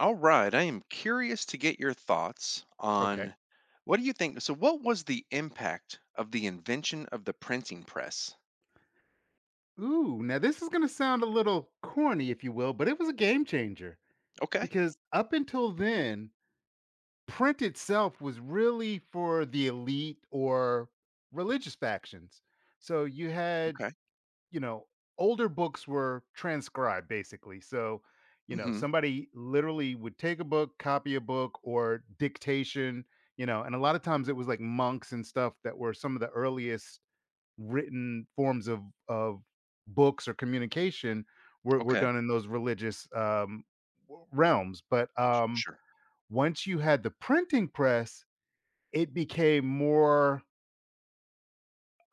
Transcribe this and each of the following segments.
All right. I am curious to get your thoughts Okay. on what do you think? So, what was the impact of the invention of the printing press? Ooh, now this is going to sound a little corny, if you will, but it was a game changer Okay. because up until then, print itself was really for the elite or religious factions. So you had, Okay. you know, older books were transcribed basically. So, Mm-hmm. somebody literally would take a book, copy a book, or dictation, and a lot of times it was like monks and stuff that were some of the earliest written forms of of books or communication were Okay. done in those religious realms. But Sure. once you had the printing press, it became more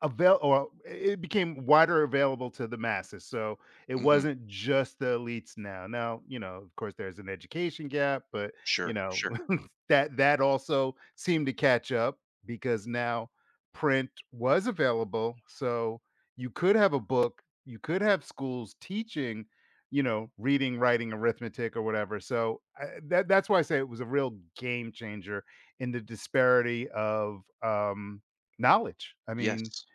avail or it became wider available to the masses. So it Mm-hmm. wasn't just the elites now. Now, of course there's an education gap, but you Sure. know, Sure. that also seemed to catch up because now print was available. So you could have a book, you could have schools teaching, reading, writing, arithmetic or whatever. So that's why I say it was a real game changer in the disparity of knowledge. I mean, Yes.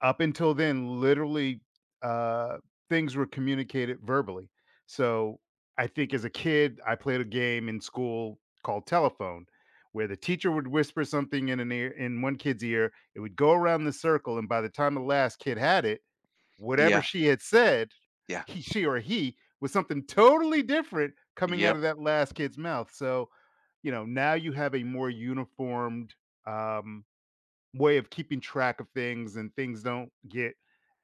up until then, literally, uh, things were communicated verbally. So, I think as a kid, I played a game in school called telephone, where the teacher would whisper something in an ear in one kid's ear, it would go around the circle, and by the time the last kid had it, whatever Yeah. she had said, Yeah. he she or he, was something totally different coming out Yep. of that last kid's mouth. So, now you have a more uniformed, um way of keeping track of things and things don't get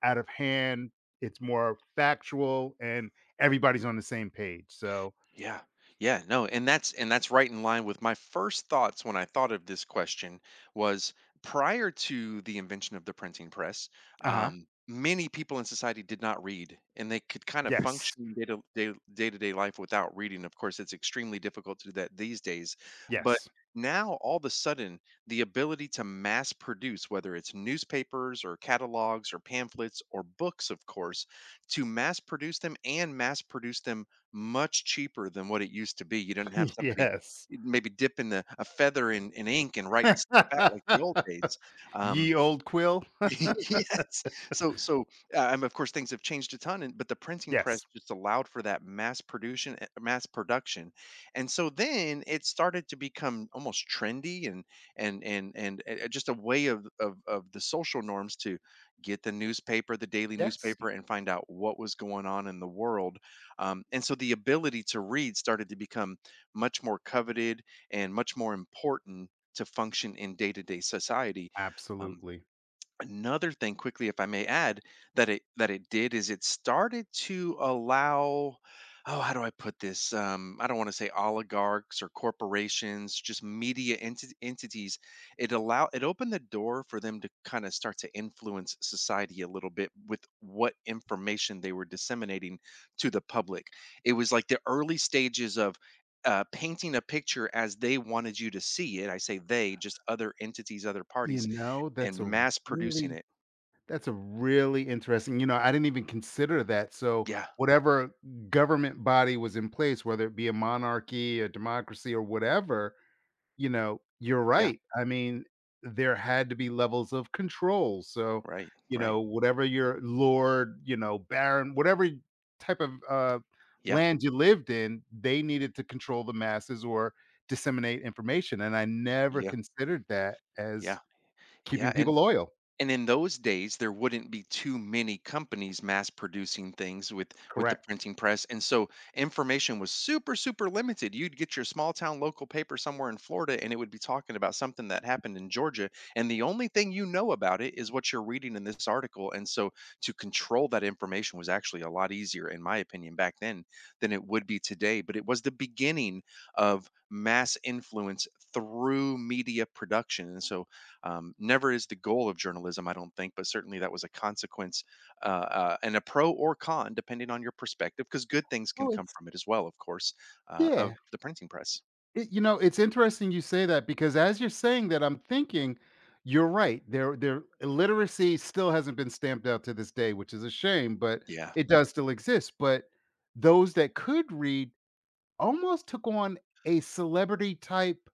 out of hand. It's more factual and everybody's on the same page. So, Yeah. Yeah, no, and that's right in line with my first thoughts when I thought of this question was prior to the invention of the printing press. uh-huh. Many people in society did not read and they could kind of Yes. function day to day life without reading. Of course, it's extremely difficult to do that these days, but Yes. now all of a sudden the ability to mass produce, whether it's newspapers or catalogs or pamphlets or books, of course, to mass produce them and mass produce them much cheaper than what it used to be. You didn't have somebody yes. maybe dipping a feather in ink and writing stuff out like the old days. Um, Ye old quill. Yes. So, of course, things have changed a ton, and but the printing press Yes. just allowed for that mass production, mass production, and so then it started to become almost trendy and just a way of of the social norms to get the newspaper, the daily Yes. newspaper, and find out what was going on in the world. And so the ability to read started to become much more coveted and much more important to function in day to day society. Um, Absolutely. Another thing quickly, if I may add, that it did is it started to allow, oh, how do I put this? I don't want to say oligarchs or corporations, just media entities. It opened the door for them to kind of start to influence society a little bit with what information they were disseminating to the public. It was like the early stages of painting a picture as they wanted you to see it. I say they, just other entities, other You parties, know, and mass producing really it. that's a really interesting. You know, I didn't even consider that. So, Yeah, whatever government body was in place, whether it be a monarchy, a democracy or whatever, you know, you're yeah, right. I mean, there had to be levels of control. So, right, right. Whatever your lord, baron, whatever type of Yeah, land you lived in, they needed to control the masses or disseminate information. And I never yeah, considered that as yeah, keeping yeah, people and loyal. And in those days, there wouldn't be too many companies mass producing things with the Correct. printing press, and so information was super, super limited. You'd get your small town local paper somewhere in Florida, and it would be talking about something that happened in Georgia, and the only thing you know about it is what you're reading in this article. And so, to control that information was actually a lot easier, in my opinion, back then than it would be today. But it was the beginning of mass influence through media production, and so, never is the goal of journalism, I don't think, but certainly that was a consequence, and a pro or con, depending on your perspective, because good things can Well, come it's from it as well, of course, yeah. of the printing press. It, it's interesting you say that because as you're saying that, I'm thinking you're right. Their illiteracy still hasn't been stamped out to this day, which is a shame, but Yeah. it does still exist. But those that could read almost took on a celebrity type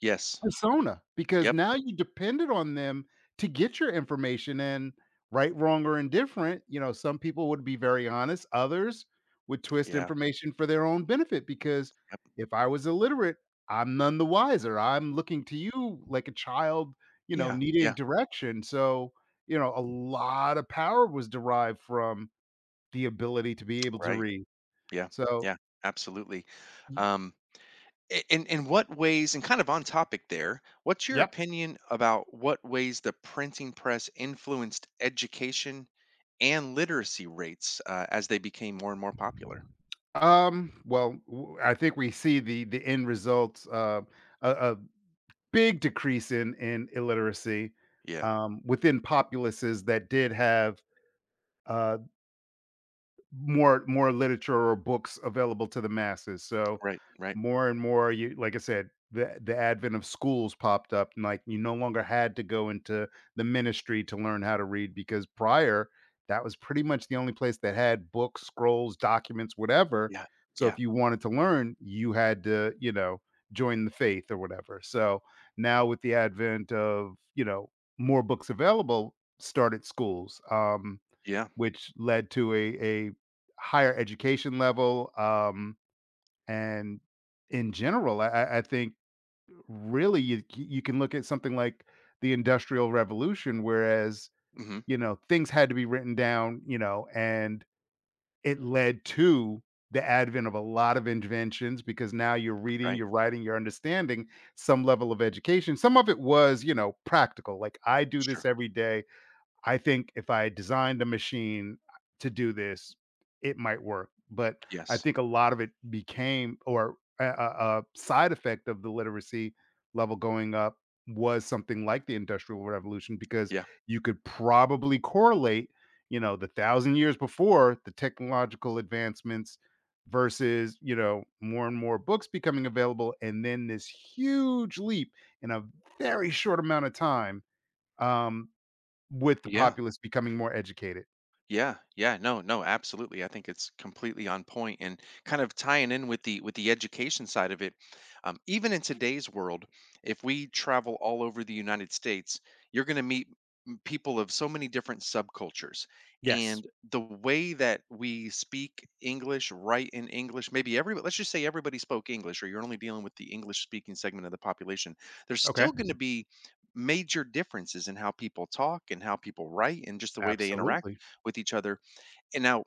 Yes. persona, because Yep. now you depended on them to get your information and right, wrong, or indifferent, some people would be very honest, others would twist Yeah. information for their own benefit because Yep. if I was illiterate, I'm none the wiser. I'm looking y- to you like a child, Yeah. needing Yeah. direction. So, a lot of power was derived from the ability to be able to Right. read. Yeah. So, Yeah. Absolutely. y- Um, in what ways, and kind of on topic there, what's your yep. opinion about what ways the printing press influenced education and literacy rates, as they became more and more popular? Well, I think we see the end results a big decrease in illiteracy Yeah. Within populaces that did have uh, more literature or books available to the masses, so Right, right. more and more you like I said, the advent of schools popped up, and, like, you no longer had to go into the ministry to learn how to read because prior, that was pretty much the only place that had books, scrolls, documents, whatever, Yeah, so if yeah, you wanted to learn, you had to, join the faith or whatever, so now with the advent of, more books available, start at schools, yeah. which led to a higher education level, and in general, I think really you can look at something like the Industrial Revolution, whereas, Mhm. Things had to be written down, and it led to the advent of a lot of inventions because now you're reading, Right. you're writing, you're understanding some level of education. Some of it was, practical, like, I do this Sure. every day I think if I designed a machine to do this, it might work. But I Yes. think a lot of it became, or a side effect of the literacy level going up was something like the Industrial Revolution, because Yeah. you could probably correlate, the 1,000 years before the technological advancements versus, more and more books becoming available. And then this huge leap in a very short amount of time um, with the Yeah. populace becoming more educated. Yeah, yeah. No, no, absolutely. I think it's completely on point and kind of tying in with the education side of it. Even in today's world, if we travel all over the United States, you're gonna meet people of so many different subcultures. Yes. And the way that we speak English, write in English, maybe every, let's just say everybody spoke English, or you're only dealing with the English speaking segment of the population, there's Okay. still going to be major differences in how people talk and how people write and just the way they interact Absolutely. with each other. And now,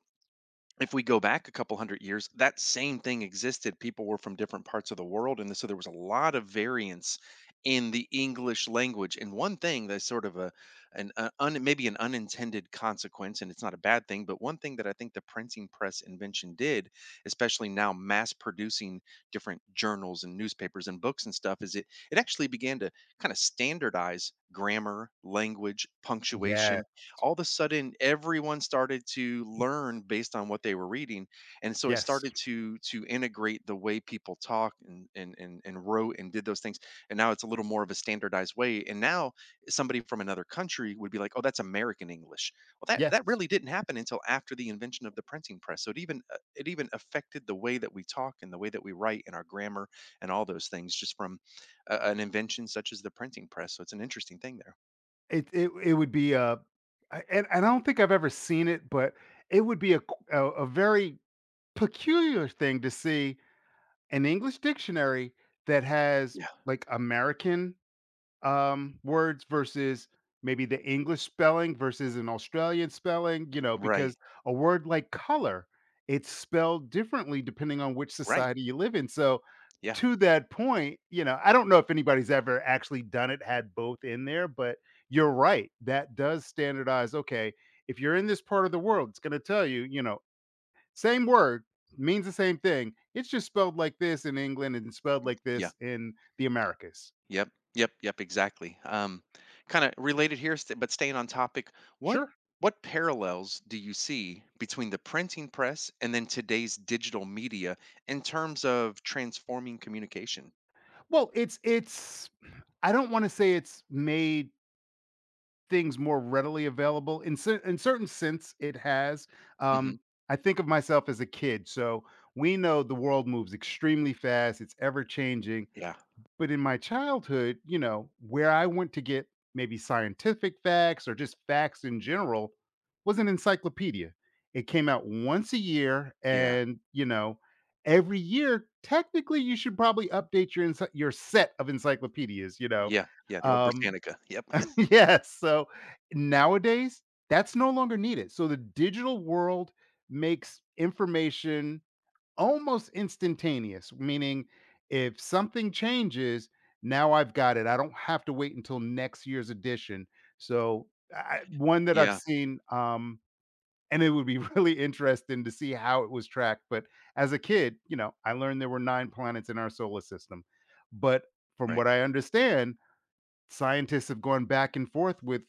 if we go back a couple hundred years, that same thing existed. People were from different parts of the world, and so there was a lot of variance in the English language. And one thing that's sort of a an maybe an unintended consequence, and it's not a bad thing, but one thing that I think the printing press invention did, especially now mass producing different journals and newspapers and books and stuff, is it actually began to kind of standardize grammar, language, Yeah. punctuation. All of a sudden everyone started to learn based on what they were reading, and so it Yes. started to integrate the way people talk and and wrote and did those things. And now it's a little more of a standardized way, and now somebody from another country would be like, oh, that's American English. Well, that Yes. that really didn't happen until after the invention of the printing press. So it even, it even affected the way that we talk and the way that we write and our grammar and all those things, just from an invention such as the printing press. So it's an interesting thing there. It would be a I and I don't think I've ever seen it, but it would be a a very peculiar thing to see an English dictionary that has, Yeah. like, American words versus maybe the English spelling versus an Australian spelling, you know, because Right, a word like color, it's spelled differently depending on which right, society you live in. So, yeah. to that point, I don't know if anybody's ever actually done it, had both in there, but you're right. That does standardize. Okay. If you're in this part of the world, it's going to tell you, same word means the same thing. It's just spelled like this in England and spelled like Yeah. this in the Americas. Yep. Yep. Yep. Exactly. Kind of related here, but staying on topic. What Sure. what parallels do you see between the printing press and then today's digital media in terms of transforming communication? Well, it's I don't wanna say it's made things more readily available. In cer in certain sense, it has. Um, Hmm. I think of myself as a kid, so we know the world moves extremely fast, it's ever changing. Yeah. But in my childhood, where I went to get maybe scientific facts or just facts in general was an encyclopedia. It came out once a year, Yeah. and every year, technically, you should probably update your your set of encyclopedias. Yeah. Yeah. The old um, Britannica. Yep. yes. So nowadays, that's no longer needed. So the digital world makes information almost instantaneous, meaning if something changes, now I've got it. I don't have to wait until next year's edition. So, one that I've Yeah. seen, and it would be really interesting to see how it was tracked. But as a kid, I learned there were 9 planets in our solar system. But from Right. what I understand, scientists have gone back and forth with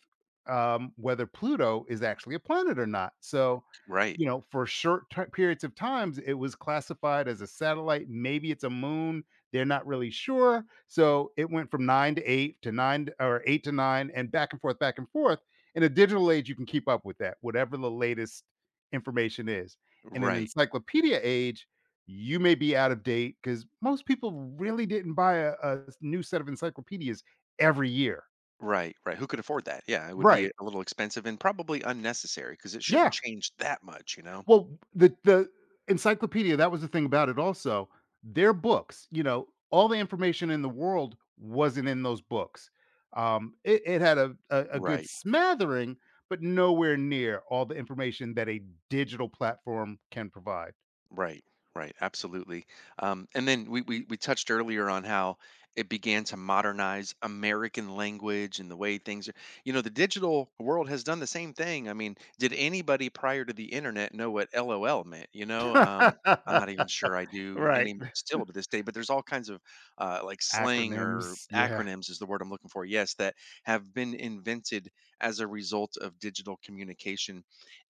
whether Pluto is actually a planet or not. So, Right. For short periods of times, it was classified as a satellite. Maybe it's a moon. They're not really sure. So it went from 9 to 8 to nine to- or 8 to 9 and back and forth, back and forth. In a digital age, you can keep up with that, whatever the latest information is. In an Right. encyclopedia age, you may be out of date because most people really didn't buy a new set of encyclopedias every year. Right. Right. Who could afford that? Yeah. It would be Right. a little expensive and probably unnecessary because it Yeah. shouldn't change that much, you know? Well, the encyclopedia, that was the thing about it also. Their books, all the information in the world wasn't in those books. It had a good Right. smattering, but nowhere near all the information that a digital platform can provide. Right, right, absolutely. And then we, we touched earlier on how it began to modernize American language and the way things are. You know, the digital world has done the same thing. I mean, did anybody prior to the internet know what LOL meant? You know, I'm not even sure I do right. any still to this day. But there's all kinds of like slang or Acronyms. Yeah. acronyms is the word I'm looking for. Yes, that have been invented as a result of digital communication,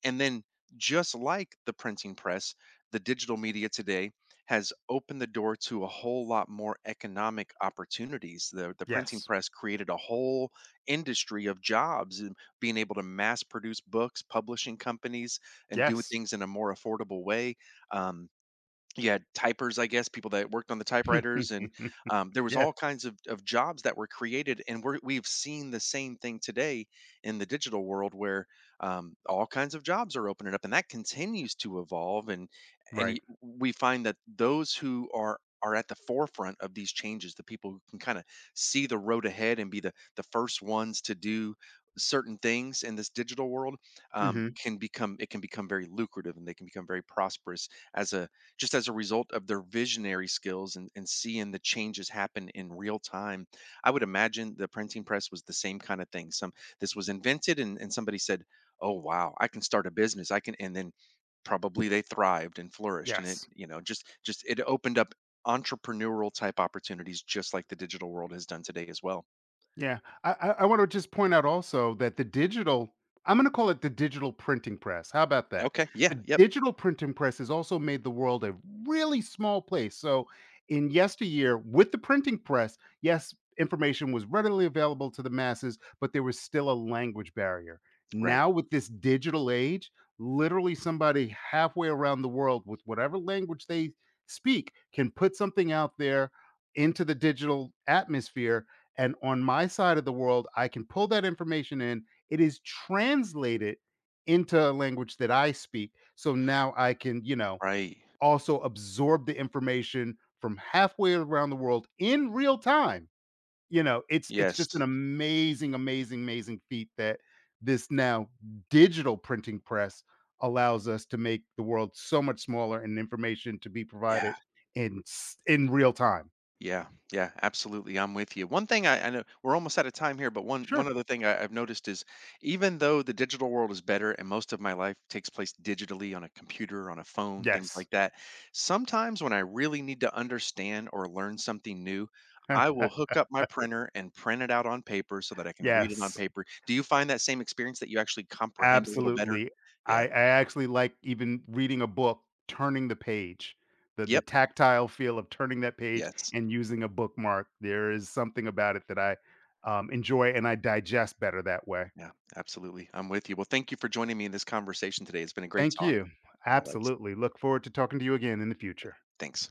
and then, just like the printing press, the digital media today has opened the door to a whole lot more economic opportunities. The printing Yes. press created a whole industry of jobs and being able to mass produce books, publishing companies, and do Yes. things in a more affordable way. Um, you had typers, I guess, people that worked on the typewriters, and there was yes. all kinds of jobs that were created. And we've seen the same thing today in the digital world, where all kinds of jobs are opening up, and that continues to evolve. And Right. We find that those who are at the forefront of these changes, the people who can kind of see the road ahead and be the first ones to do certain things in this digital world, Hmm. can become, it can become very lucrative and they can become very prosperous as a, just as a result of their visionary skills and seeing the changes happen in real time. I would imagine the printing press was the same kind of thing. Some, this was invented and somebody said, oh wow, I can start a business. I can, and then probably they thrived and flourished. And it, Yes. you know, just it opened up entrepreneurial type opportunities just like the digital world has done today as well. Yeah, I want to just point out also that the digital, I'm going to call it the digital printing press. How about that? Okay. Yeah. The Yep. digital printing press has also made the world a really small place. So, in yesteryear, with the printing press, yes, information was readily available to the masses, but there was still a language barrier. Right. Now, with this digital age, literally somebody halfway around the world with whatever language they speak can put something out there into the digital atmosphere and on my side of the world, I can pull that information in. It is translated into a language that I speak. So now I can, Right. also absorb the information from halfway around the world in real time. You know, it's just an Yes. amazing, amazing, amazing feat that this now digital printing press allows us to make the world so much smaller and information to be Yeah. provided in in real time. Yeah, yeah, absolutely. I'm with you. One thing, I know we're almost out of time here, but one Sure. one other thing I've noticed is, even though the digital world is better and most of my life takes place digitally on a computer, on a phone, things Yes. like that, sometimes when I really need to understand or learn something new, I will hook up my printer and print it out on paper so that I can read it on yes. paper. Do you find that same experience that you actually comprehend a little better? Absolutely. I Yeah. Actually like even reading a book, turning the page. The Yep. tactile feel of turning that page Yes. and using a bookmark. There is something about it that enjoy and I digest better that way. Yeah, absolutely. I'm with you. Well, thank you for joining me in this conversation today. It's been a great Thank talk. you. All right. Absolutely. Look forward to talking to you again in the future. Thanks.